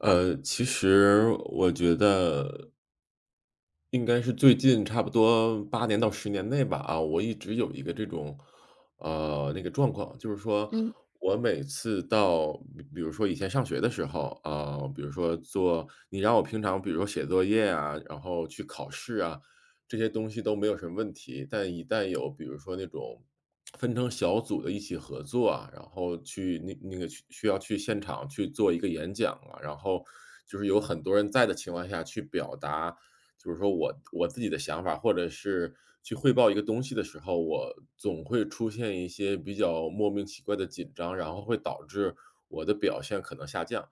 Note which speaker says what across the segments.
Speaker 1: 其实我觉得应该是最近差不多8年到10年内吧，我一直有一个这种，状况。就是说
Speaker 2: 嗯
Speaker 1: 我每次到比如说以前上学的时候，啊，比如说做你让我平常比如说写作业啊，然后去考试啊，这些东西都没有什么问题。但一旦有比如说那种分成小组的一起合作啊，然后去那个去需要去现场去做一个演讲啊，然后就是有很多人在的情况下去表达，就是说我自己的想法，或者是去汇报一个东西的时候，我总会出现一些比较莫名其怪的紧张，然后会导致我的表现可能下降。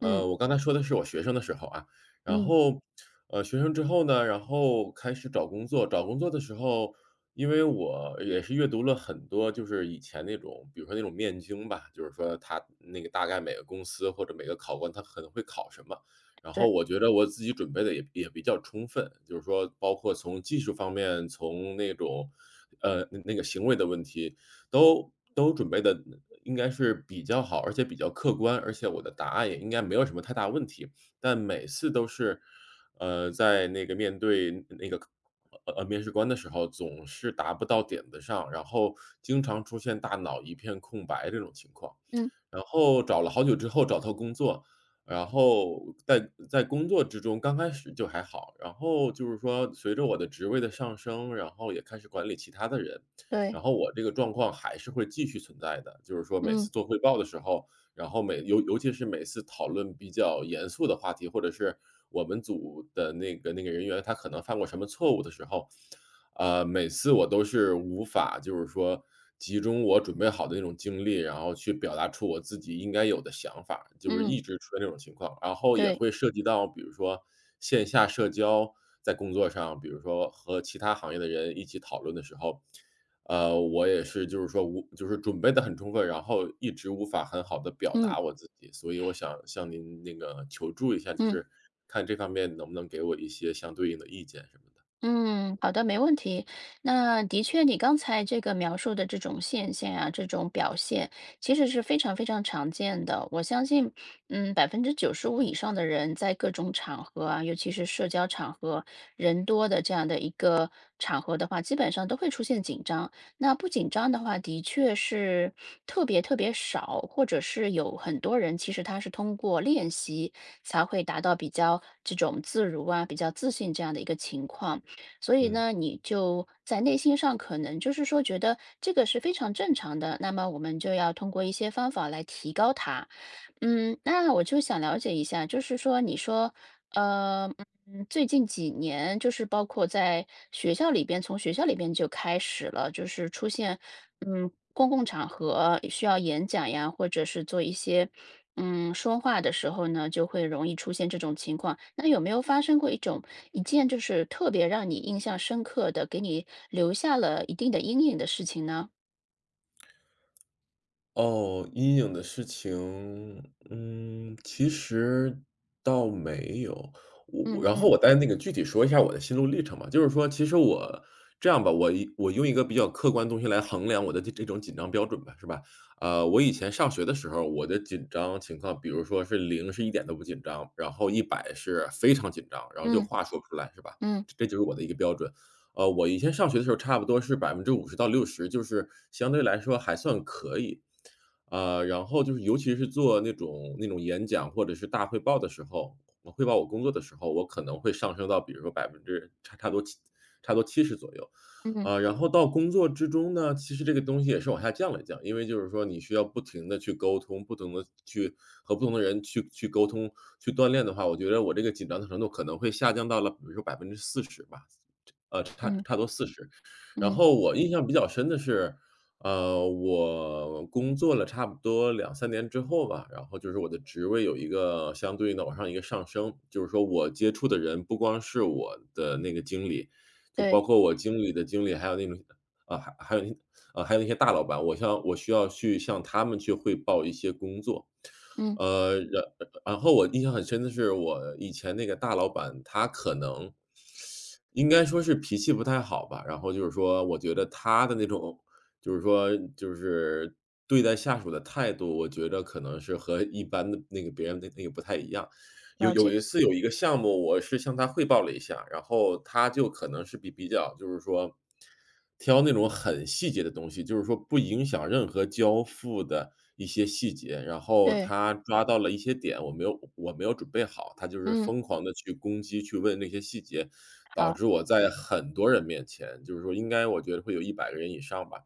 Speaker 2: 嗯
Speaker 1: 我刚才说的是我学生的时候啊。然
Speaker 2: 嗯，
Speaker 1: 后，学生之后呢，然后开始找工作，找工作的时候，因为我也是阅读了很多，就是以前那种，比如说那种面经吧，就是说他那个大概每个公司或者每个考官他可能会考什么，然
Speaker 2: 是，
Speaker 1: 后我觉得我自己准备的也比较充分，就是说包括从技术方面，从那种，那个行为的问题，都准备的应该是比较好，而且比较客观，而且我的答案也应该没有什么太大问题。但每次都是，在那个面对那个，面试官的时候，总是答不到点子上，然后经常出现大脑一片空白这种情况。
Speaker 2: 嗯，
Speaker 1: 然后找了好久之后找到工作，然后在工作之中，刚开始就还好，然后就是说随着我的职位的上升，然后也开始管理其他的人，
Speaker 2: 对，
Speaker 1: 然后我这个状况还是会继续存在的。就是说每
Speaker 2: 嗯
Speaker 1: 次做汇报的时候，然后尤其是每次讨论比较严肃的话题，或者是我们组的那个人员他可能犯过什么错误的时候，每次我都是无法，就是说集中我准备好的那种精力，然后去表达出我自己应该有的想法，就是
Speaker 2: 嗯，
Speaker 1: 一直出现这种情况。然后也
Speaker 2: 对，
Speaker 1: 会涉及到比如说线下社交，在工作上，比如说和其他行业的人一起讨论的时候，我也是，就是说无就是准备的很充分，然后一直无法很好的表
Speaker 2: 嗯
Speaker 1: 达我自己。所以我想向您那个求助一下，就
Speaker 2: 嗯。
Speaker 1: 是看这方面能不能给我一些相对应的意见什么的，
Speaker 2: 嗯，好的，没问题。那的确，你刚才这个描述的这种现象啊，这种表现，其实是非常非常常见的。我相信，95%以上的人在各种场合啊，尤其是社交场合，人多的这样的一个场合的话，基本上都会出现紧张。那不紧张的话，的确是特别特别少，或者是有很多人其实他是通过练习才会达到比较这种自如啊、比较自信这样的一个情况。所以
Speaker 1: 嗯。
Speaker 2: 呢，你就在内心上可能就是说觉得这个是非常正常的，那么我们就要通过一些方法来提高它。嗯，那我就想了解一下，就是说你说呃，最近几年就是包括在学校里边，从学校里边就开始了，就是出现，公共场合需要演讲呀，或者是做一些，说话的时候呢，就会容易出现这种情况。那有没有发生过一种一件就是特别让你印象深刻的，给你留下了一定的阴影的事情呢？
Speaker 1: 哦，阴影的事情，嗯，其实倒没有。我
Speaker 2: 嗯
Speaker 1: 然后
Speaker 2: 嗯
Speaker 1: 我再那个具体说一下我的心路历程吧。就是说其实我这样吧，我用一个比较客观的东西来衡量我的这种紧张标准吧，是吧？我以前上学的时候，我的紧张情况，比如说是0是一点都不紧张，然后一百是非常紧张，然后就
Speaker 2: 嗯
Speaker 1: 话说不出来，是吧？
Speaker 2: 嗯
Speaker 1: 这就是我的一个标准。我以前上学的时候差不多是50%到60，就是相对来说还算可以。然后就是尤其是做那种演讲或者是大汇报的时候，我汇报我工作的时候，我可能会上升到比如说百分之差不多七十左右。
Speaker 2: 嗯嗯
Speaker 1: 然后到工作之中呢，其实这个东西也是往下降了降，因为就是说你需要不停的去沟通，不同的去和不同的人去沟通、去锻炼的话，我觉得我这个紧张的程度可能会下降到了比如说40%吧。差
Speaker 2: 嗯，
Speaker 1: 差不多四十，然
Speaker 2: 嗯
Speaker 1: 后我印象比较深的是，我工作了差不多两三年之后吧，然后就是我的职位有一个相对应的往上一个上升，就是说我接触的人不光是我的那个经理，就包
Speaker 2: 对，
Speaker 1: 括我经理的经理，还有那种啊，还还有那啊，还有那些大老板，我需要去向他们去汇报一些工作。
Speaker 2: 嗯，
Speaker 1: 呃，然然后我印象很深的是，我以前那个大老板，他可能应该说是脾气不太好吧，然后就是说，我觉得他的那种，就是说就是对待下属的态度，我觉得可能是和一般的那个别人的那个不太一样。有
Speaker 2: 了
Speaker 1: 有
Speaker 2: 解，
Speaker 1: 一次有一个项目，我是向他汇报了一下，然后他就可能是比较就是说，挑那种很细节的东西，就是说不影响任何交付的一些细节，然后
Speaker 2: 对，
Speaker 1: 他抓到了一些点，我没有准备好，他就是
Speaker 2: 嗯，
Speaker 1: 疯狂的去攻击，去问那些细节，导
Speaker 2: 好，
Speaker 1: 致我在很多人面前，就是说应该我觉得会有100个人以上吧，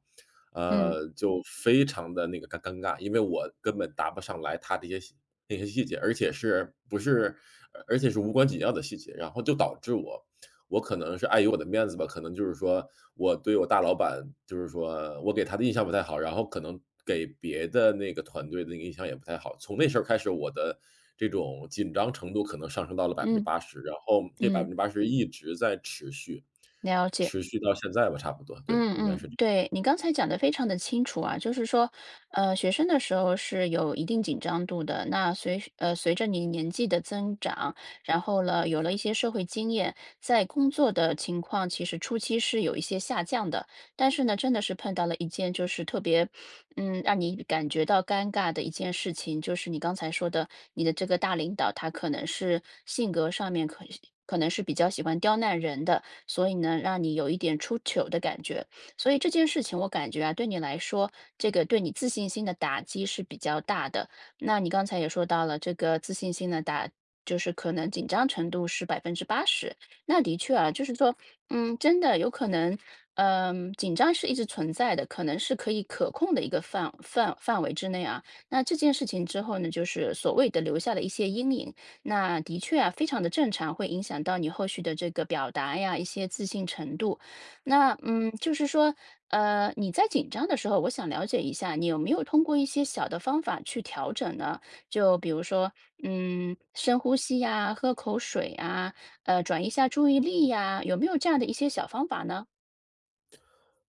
Speaker 2: 嗯
Speaker 1: 就非常的那个尴尬，因为我根本答不上来他这些细那些细节，而且是无关紧要的细节，然后就导致我可能是碍于我的面子吧，可能就是说我对我大老板，就是说我给他的印象不太好，然后可能给别的那个团队的那个印象也不太好。从那事儿开始，我的这种紧张程度可能上升到了百分之
Speaker 2: 嗯。
Speaker 1: 八十，然后这百
Speaker 2: 嗯，
Speaker 1: 分之八十一直在持续，
Speaker 2: 了解。
Speaker 1: 持续到现在吧，差不多，对，
Speaker 2: 嗯
Speaker 1: 应该
Speaker 2: 嗯，
Speaker 1: 是
Speaker 2: 对，你刚才讲的非常的清楚啊，就是说，学生的时候是有一定紧张度的，那随着你年纪的增长，然后呢，有了一些社会经验，在工作的情况其实初期是有一些下降的。但是呢，真的是碰到了一件就是特别，让你感觉到尴尬的一件事情，就是你刚才说的，你的这个大领导他可能是性格上面可能是比较喜欢刁难人的。所以呢，让你有一点出糗的感觉。所以这件事情，我感觉啊，对你来说，这个对你自信心的打击是比较大的。那你刚才也说到了，这个自信心的打，就是可能紧张程度是80%。那的确啊，就是说，真的有可能，紧张是一直存在的，可能是可以可控的一个范围之内啊。那这件事情之后呢，就是所谓的留下了一些阴影。那的确啊，非常的正常，会影响到你后续的这个表达呀，一些自信程度。那就是说，你在紧张的时候，我想了解一下，你有没有通过一些小的方法去调整呢？就比如说，深呼吸呀，喝口水啊，转移一下注意力呀，有没有这样的一些小方法呢？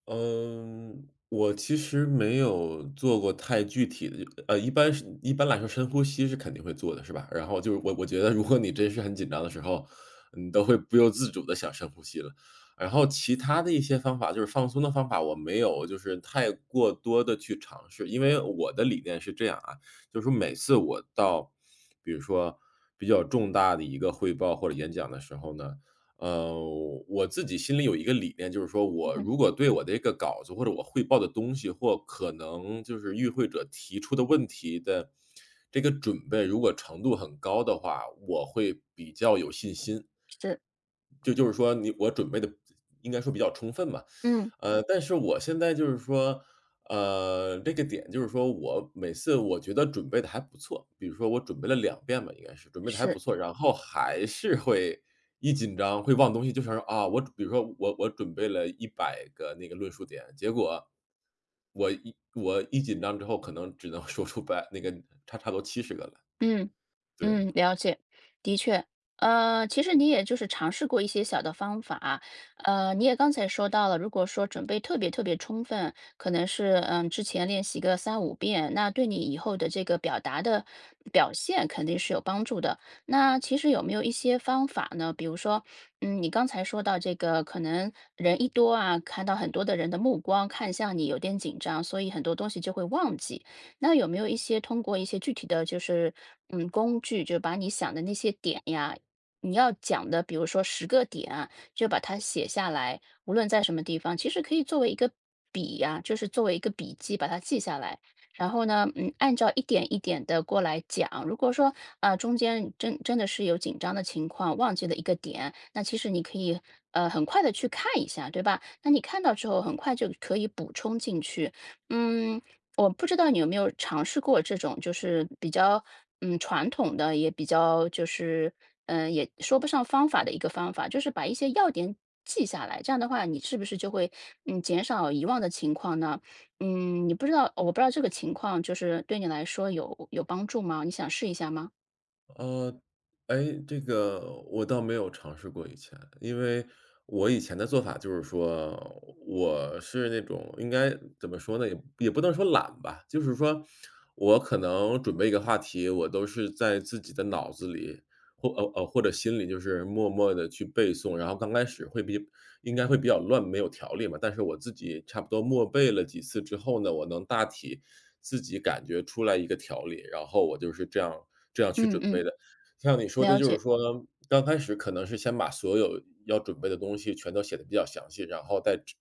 Speaker 1: 嗯，我其实没有做过太具体的，一般来说深呼吸是肯定会做的，是吧？然后就是我觉得如果你真是很紧张的时候，你都会不由自主的想深呼吸了。然后其他的一些方法，就是放松的方法，我没有就是太过多的去尝试。因为我的理念是这样啊，就是说每次我到比如说比较重大的一个汇报或者演讲的时候呢，呃，我自己心里有一个理念，就是说我
Speaker 2: 嗯，
Speaker 1: 如果对我的一个稿子或者我汇报的东西，或可能就是与会者提出的问题的这个准备，如果程度很高的话，我会比较有信心。
Speaker 2: 是，
Speaker 1: 就是说我准备的应该说比较充分吧。
Speaker 2: 嗯，
Speaker 1: 但是我现在就是说，这个点就是说我每次我觉得准备的还不错，比如说我准备了2遍吧，应该是准备的还不
Speaker 2: 是。
Speaker 1: 错，然后还是会一紧张会忘东西，就想说，啊，我比如说我准备了一百个那个论述点，结果我一紧张之后可能只能说出百那个差不多70个了，
Speaker 2: 嗯，
Speaker 1: 对。
Speaker 2: 嗯，了解，的确，其实你也就是尝试过一些小的方法，你也刚才说到了，如果说准备特别特别充分，可能是之前练习个三五遍，那对你以后的这个表达的表现肯定是有帮助的。那其实有没有一些方法呢？比如说，你刚才说到这个，可能人一多啊，看到很多的人的目光看向你，有点紧张，所以很多东西就会忘记。那有没有一些通过一些具体的就是，工具，就把你想的那些点呀，你要讲的，比如说10个点啊，就把它写下来，无论在什么地方，其实可以作为一个笔呀，就是作为一个笔记把它记下来。然后呢，按照一点一点的过来讲。如果说，啊，中间真的是有紧张的情况，忘记了一个点，那其实你可以，很快的去看一下，对吧？那你看到之后很快就可以补充进去。嗯，我不知道你有没有尝试过这种，就是比较传统的，也比较就是也说不上方法的一个方法，就是把一些要点记下来。这样的话，你是不是就会减少遗忘的情况呢？嗯，你不知道，我不知道这个情况就是对你来说有帮助吗？你想试一下吗？
Speaker 1: 呃，哎，这个我倒没有尝试过以前，因为我以前的做法就是说，我是那种应该怎么说呢，也不能说懒吧，就是说我可能准备一个话题，我都是在自己的脑子里或者心里就是默默的去背诵，然后刚开始应该会比较乱，没有条理嘛，但是我自己差不多默背了几次之后呢，我能大体自己感觉出来一个条理，然后我就是这样去
Speaker 2: 嗯
Speaker 1: 准
Speaker 2: 嗯，
Speaker 1: 备的。像你说的
Speaker 2: 了
Speaker 1: 就是
Speaker 2: 解，
Speaker 1: 说，刚开始可能是先把所有要准备的东西全都写的比较详细，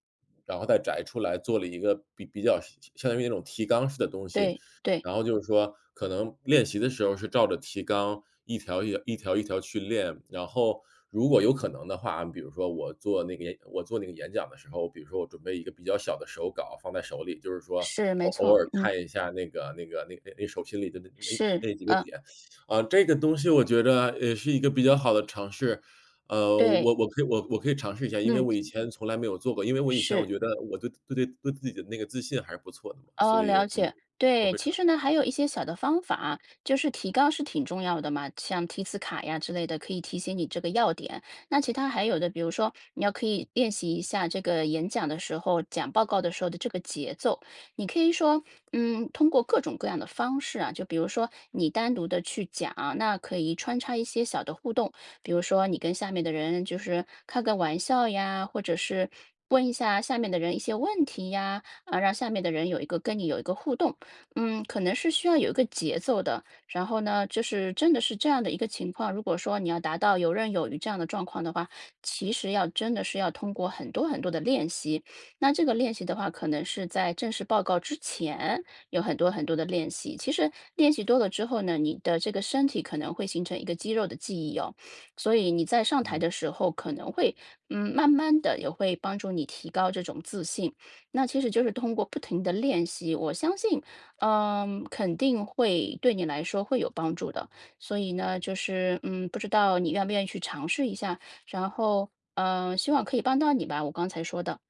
Speaker 1: 然后再摘出来做了一个比较相当于那种提纲式的东西，
Speaker 2: 对对，
Speaker 1: 然后就是说，可能练习的时候是照着提纲一条一条一条一条去练，然后如果有可能的话，比如说我做那个演讲的时候，比如说我准备一个比较小的手稿放在手里，就是说
Speaker 2: 是没
Speaker 1: 偶偶
Speaker 2: 错，
Speaker 1: 尔
Speaker 2: 嗯
Speaker 1: 看一下那手心里的那那
Speaker 2: 是，
Speaker 1: 那几个点。啊，这个东西我觉得也是一个比较好的尝试，
Speaker 2: 对，
Speaker 1: 我可以尝试一下，因为
Speaker 2: 嗯
Speaker 1: 我以前从来没有做过，因为我以前我
Speaker 2: 是。
Speaker 1: 觉得我对自己的那个自信还是不错的嘛，
Speaker 2: 哦，
Speaker 1: 所以，
Speaker 2: 了
Speaker 1: 嗯，
Speaker 2: 解。
Speaker 1: 我
Speaker 2: 对，
Speaker 1: 会
Speaker 2: 其
Speaker 1: 尝
Speaker 2: 实呢，还有一些小的方法，就是提纲是挺重要的嘛，像提词卡呀之类的，可以提醒你这个要点。那其他还有的，比如说你要可以练习一下这个演讲的时候、讲报告的时候的这个节奏。你可以说，通过各种各样的方式啊，就比如说你单独的去讲，那可以穿插一些小的互动，比如说你跟下面的人就是开个玩笑呀，或者是问一下下面的人一些问题呀。啊，让下面的人有一个跟你有一个互动。可能是需要有一个节奏的。然后呢，就是真的是这样的一个情况，如果说你要达到游刃有余这样的状况的话，其实要真的是要通过很多很多的练习。那这个练习的话，可能是在正式报告之前有很多很多的练习。其实练习多了之后呢，你的这个身体可能会形成一个肌肉的记忆哦，所以你在上台
Speaker 1: 嗯
Speaker 2: 的时候可能会，慢慢的也会帮助你提高这种自信。那其实就是通过不停的练习，我相信，肯定会对你来说会有帮助的。所以呢，就是不知道你愿不愿意去尝试一下，然后希望可以帮到你吧，我刚才说的。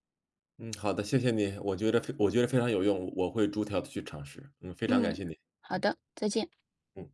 Speaker 1: 嗯，好的，谢谢你，我觉得非常有用，我会逐条的去尝试，嗯，非常
Speaker 2: 嗯，
Speaker 1: 感谢你，
Speaker 2: 好
Speaker 1: 嗯
Speaker 2: 的，再见。
Speaker 1: 嗯。